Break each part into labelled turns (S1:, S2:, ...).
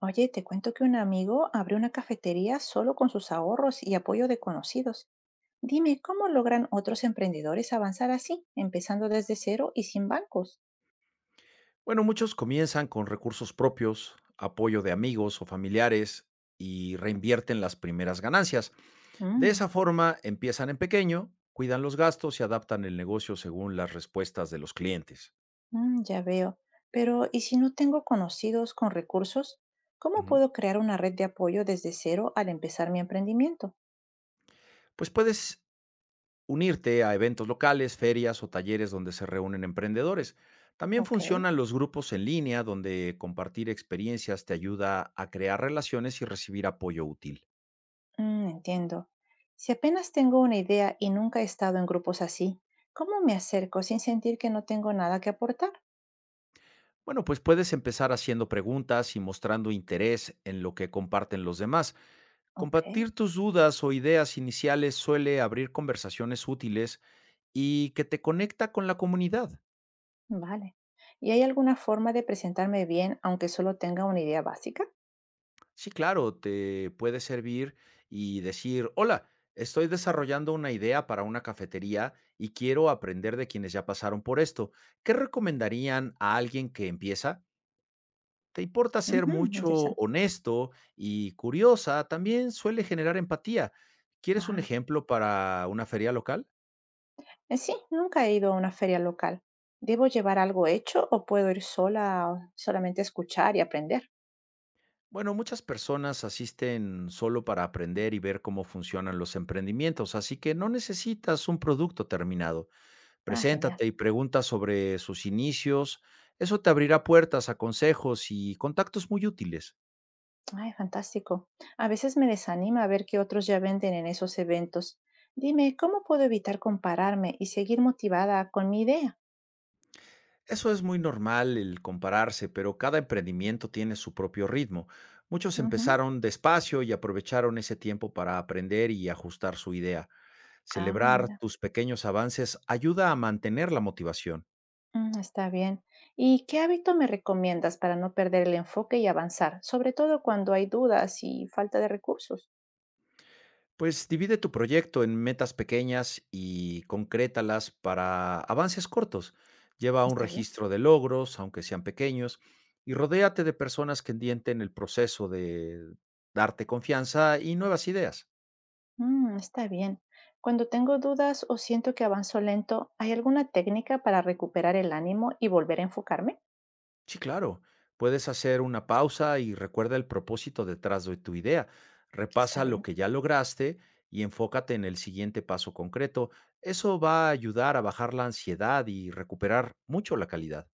S1: Oye, te cuento que un amigo abrió una cafetería solo con sus ahorros y apoyo de conocidos. Dime, ¿cómo logran otros emprendedores avanzar así, empezando desde cero y sin bancos?
S2: Bueno, muchos comienzan con recursos propios, apoyo de amigos o familiares y reinvierten las primeras ganancias. De
S1: Mm,
S2: esa forma empiezan en pequeño, cuidan los gastos y adaptan el negocio según las respuestas de los clientes.
S1: ya veo. Pero, ¿y si no tengo conocidos con recursos? ¿Cómo
S2: Ujú.
S1: puedo crear una red de apoyo desde cero al empezar mi emprendimiento?
S2: Pues puedes unirte a eventos locales, ferias o talleres donde se reúnen emprendedores. También
S1: Ok,
S2: funcionan los grupos en línea donde compartir experiencias te ayuda a crear relaciones y recibir apoyo útil.
S1: entiendo. Si apenas tengo una idea y nunca he estado en grupos así, ¿cómo me acerco sin sentir que no tengo nada que aportar?
S2: Bueno, pues puedes empezar haciendo preguntas y mostrando interés en lo que comparten los demás.
S1: Ok.
S2: Compartir tus dudas o ideas iniciales suele abrir conversaciones útiles y que te conecta con la comunidad.
S1: Vale. ¿Y hay alguna forma de presentarme bien, aunque solo tenga una idea básica?
S2: Sí, claro, te puede servir y decir, hola, estoy desarrollando una idea para una cafetería y quiero aprender de quienes ya pasaron por esto. ¿Qué recomendarían a alguien que empieza? Te importa ser
S1: Ujú,
S2: mucho
S1: interesante.
S2: honesto y curiosa, también suele generar empatía. ¿Quieres un
S1: Ah,
S2: ejemplo para una feria local?
S1: sí, nunca he ido a una feria local. ¿Debo llevar algo hecho o puedo ir sola, o solamente escuchar y aprender?
S2: Bueno, muchas personas asisten solo para aprender y ver cómo funcionan los emprendimientos, así que no necesitas un producto terminado.
S1: Ah, genial.
S2: Preséntate y pregunta sobre sus inicios. Eso te abrirá puertas a consejos y contactos muy útiles.
S1: Ay, fantástico. A veces me desanima ver que otros ya venden en esos eventos. Dime, ¿cómo puedo evitar compararme y seguir motivada con mi idea?
S2: Eso es muy normal el compararse, pero cada emprendimiento tiene su propio ritmo. Muchos
S1: Ujú.
S2: empezaron despacio y aprovecharon ese tiempo para aprender y ajustar su idea.
S1: Ah,
S2: Celebrar
S1: mira.
S2: tus pequeños avances ayuda a mantener la motivación.
S1: Está bien. ¿Y qué hábito me recomiendas para no perder el enfoque y avanzar? Sobre todo cuando hay dudas y falta de recursos.
S2: Pues divide tu proyecto en metas pequeñas y concrétalas para avances cortos. Lleva un
S1: ¿Está bien?
S2: registro de logros, aunque sean pequeños, y rodéate de personas que entienden el proceso de darte confianza y nuevas ideas.
S1: Está bien. Cuando tengo dudas o siento que avanzo lento, ¿hay alguna técnica para recuperar el ánimo y volver a enfocarme?
S2: Sí, claro. Puedes hacer una pausa y recuerda el propósito detrás de tu idea.
S1: Está
S2: Repasa lo
S1: bien.
S2: que ya lograste y enfócate en el siguiente paso concreto. Eso va a ayudar a bajar la ansiedad y recuperar mucho la calidad.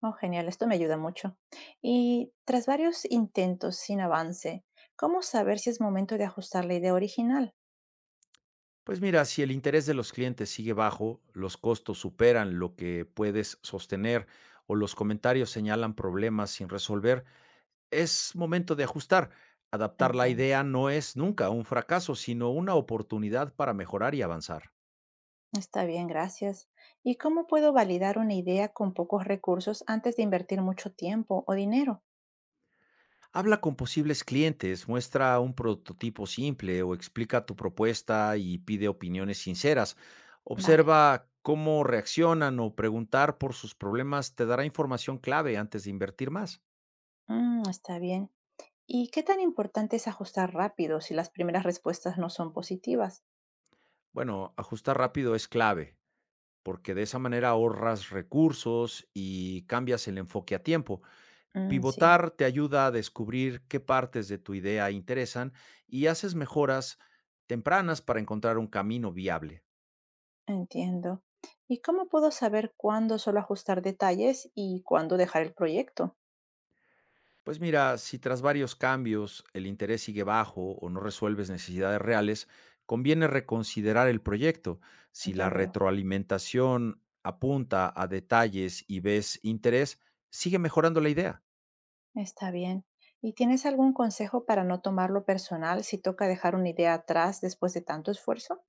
S1: Oh, genial, esto me ayuda mucho. Y tras varios intentos sin avance, ¿cómo saber si es momento de ajustar la idea original?
S2: Pues mira, si el interés de los clientes sigue bajo, los costos superan lo que puedes sostener o los comentarios señalan problemas sin resolver, es momento de ajustar. Adaptar la
S1: Entiendo.
S2: idea no es nunca un fracaso, sino una oportunidad para mejorar y avanzar.
S1: Está bien, gracias. ¿Y cómo puedo validar una idea con pocos recursos antes de invertir mucho tiempo o dinero?
S2: Habla con posibles clientes, muestra un prototipo simple o explica tu propuesta y pide opiniones sinceras.
S1: Vale,
S2: Observa cómo reaccionan o preguntar por sus problemas te dará información clave antes de invertir más.
S1: Está bien. ¿Y qué tan importante es ajustar rápido si las primeras respuestas no son positivas?
S2: Bueno, ajustar rápido es clave, porque de esa manera ahorras recursos y cambias el enfoque a tiempo.
S1: Mm, sí,
S2: Pivotar te ayuda a descubrir qué partes de tu idea interesan y haces mejoras tempranas para encontrar un camino viable.
S1: entiendo. ¿Y cómo puedo saber cuándo solo ajustar detalles y cuándo dejar el proyecto?
S2: Pues mira, si tras varios cambios el interés sigue bajo o no resuelves necesidades reales, conviene reconsiderar el proyecto. Si la
S1: Ya veo,
S2: retroalimentación apunta a detalles y ves interés, sigue mejorando la idea.
S1: está bien. ¿Y tienes algún consejo para no tomarlo personal si toca dejar una idea atrás después de tanto esfuerzo?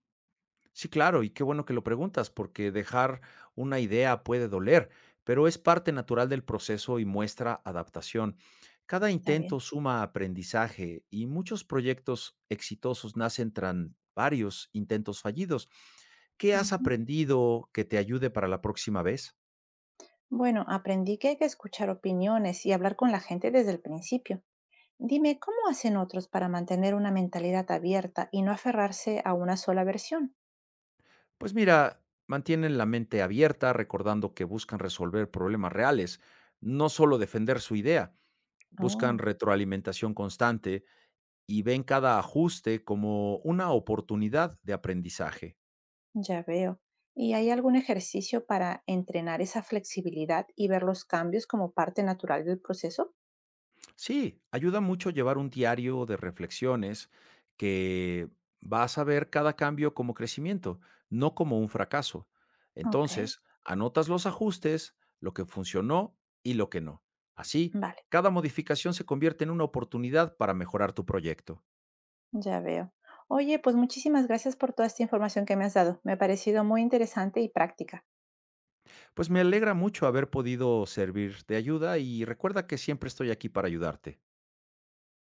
S2: Sí, claro, y qué bueno que lo preguntas, porque dejar una idea puede doler, pero es parte natural del proceso y muestra adaptación. Cada
S1: Está bien.
S2: intento suma aprendizaje y muchos proyectos exitosos nacen tras varios intentos fallidos. ¿Qué has
S1: Ujú.
S2: aprendido que te ayude para la próxima vez?
S1: Bueno, aprendí que hay que escuchar opiniones y hablar con la gente desde el principio. Dime, ¿cómo hacen otros para mantener una mentalidad abierta y no aferrarse a una sola versión?
S2: Pues mira, mantienen la mente abierta, recordando que buscan resolver problemas reales, no solo defender su idea. Buscan
S1: Oh,
S2: retroalimentación constante y ven cada ajuste como una oportunidad de aprendizaje.
S1: ya veo. ¿Y hay algún ejercicio para entrenar esa flexibilidad y ver los cambios como parte natural del proceso?
S2: Sí, ayuda mucho llevar un diario de reflexiones que vas a ver cada cambio como crecimiento, no como un fracaso.
S1: Ok,
S2: Entonces, anotas los ajustes, lo que funcionó y lo que no. Así,
S1: vale,
S2: cada modificación se convierte en una oportunidad para mejorar tu proyecto.
S1: ya veo. Oye, pues muchísimas gracias por toda esta información que me has dado. Me ha parecido muy interesante y práctica.
S2: Pues me alegra mucho haber podido servir de ayuda y recuerda que siempre estoy aquí para ayudarte.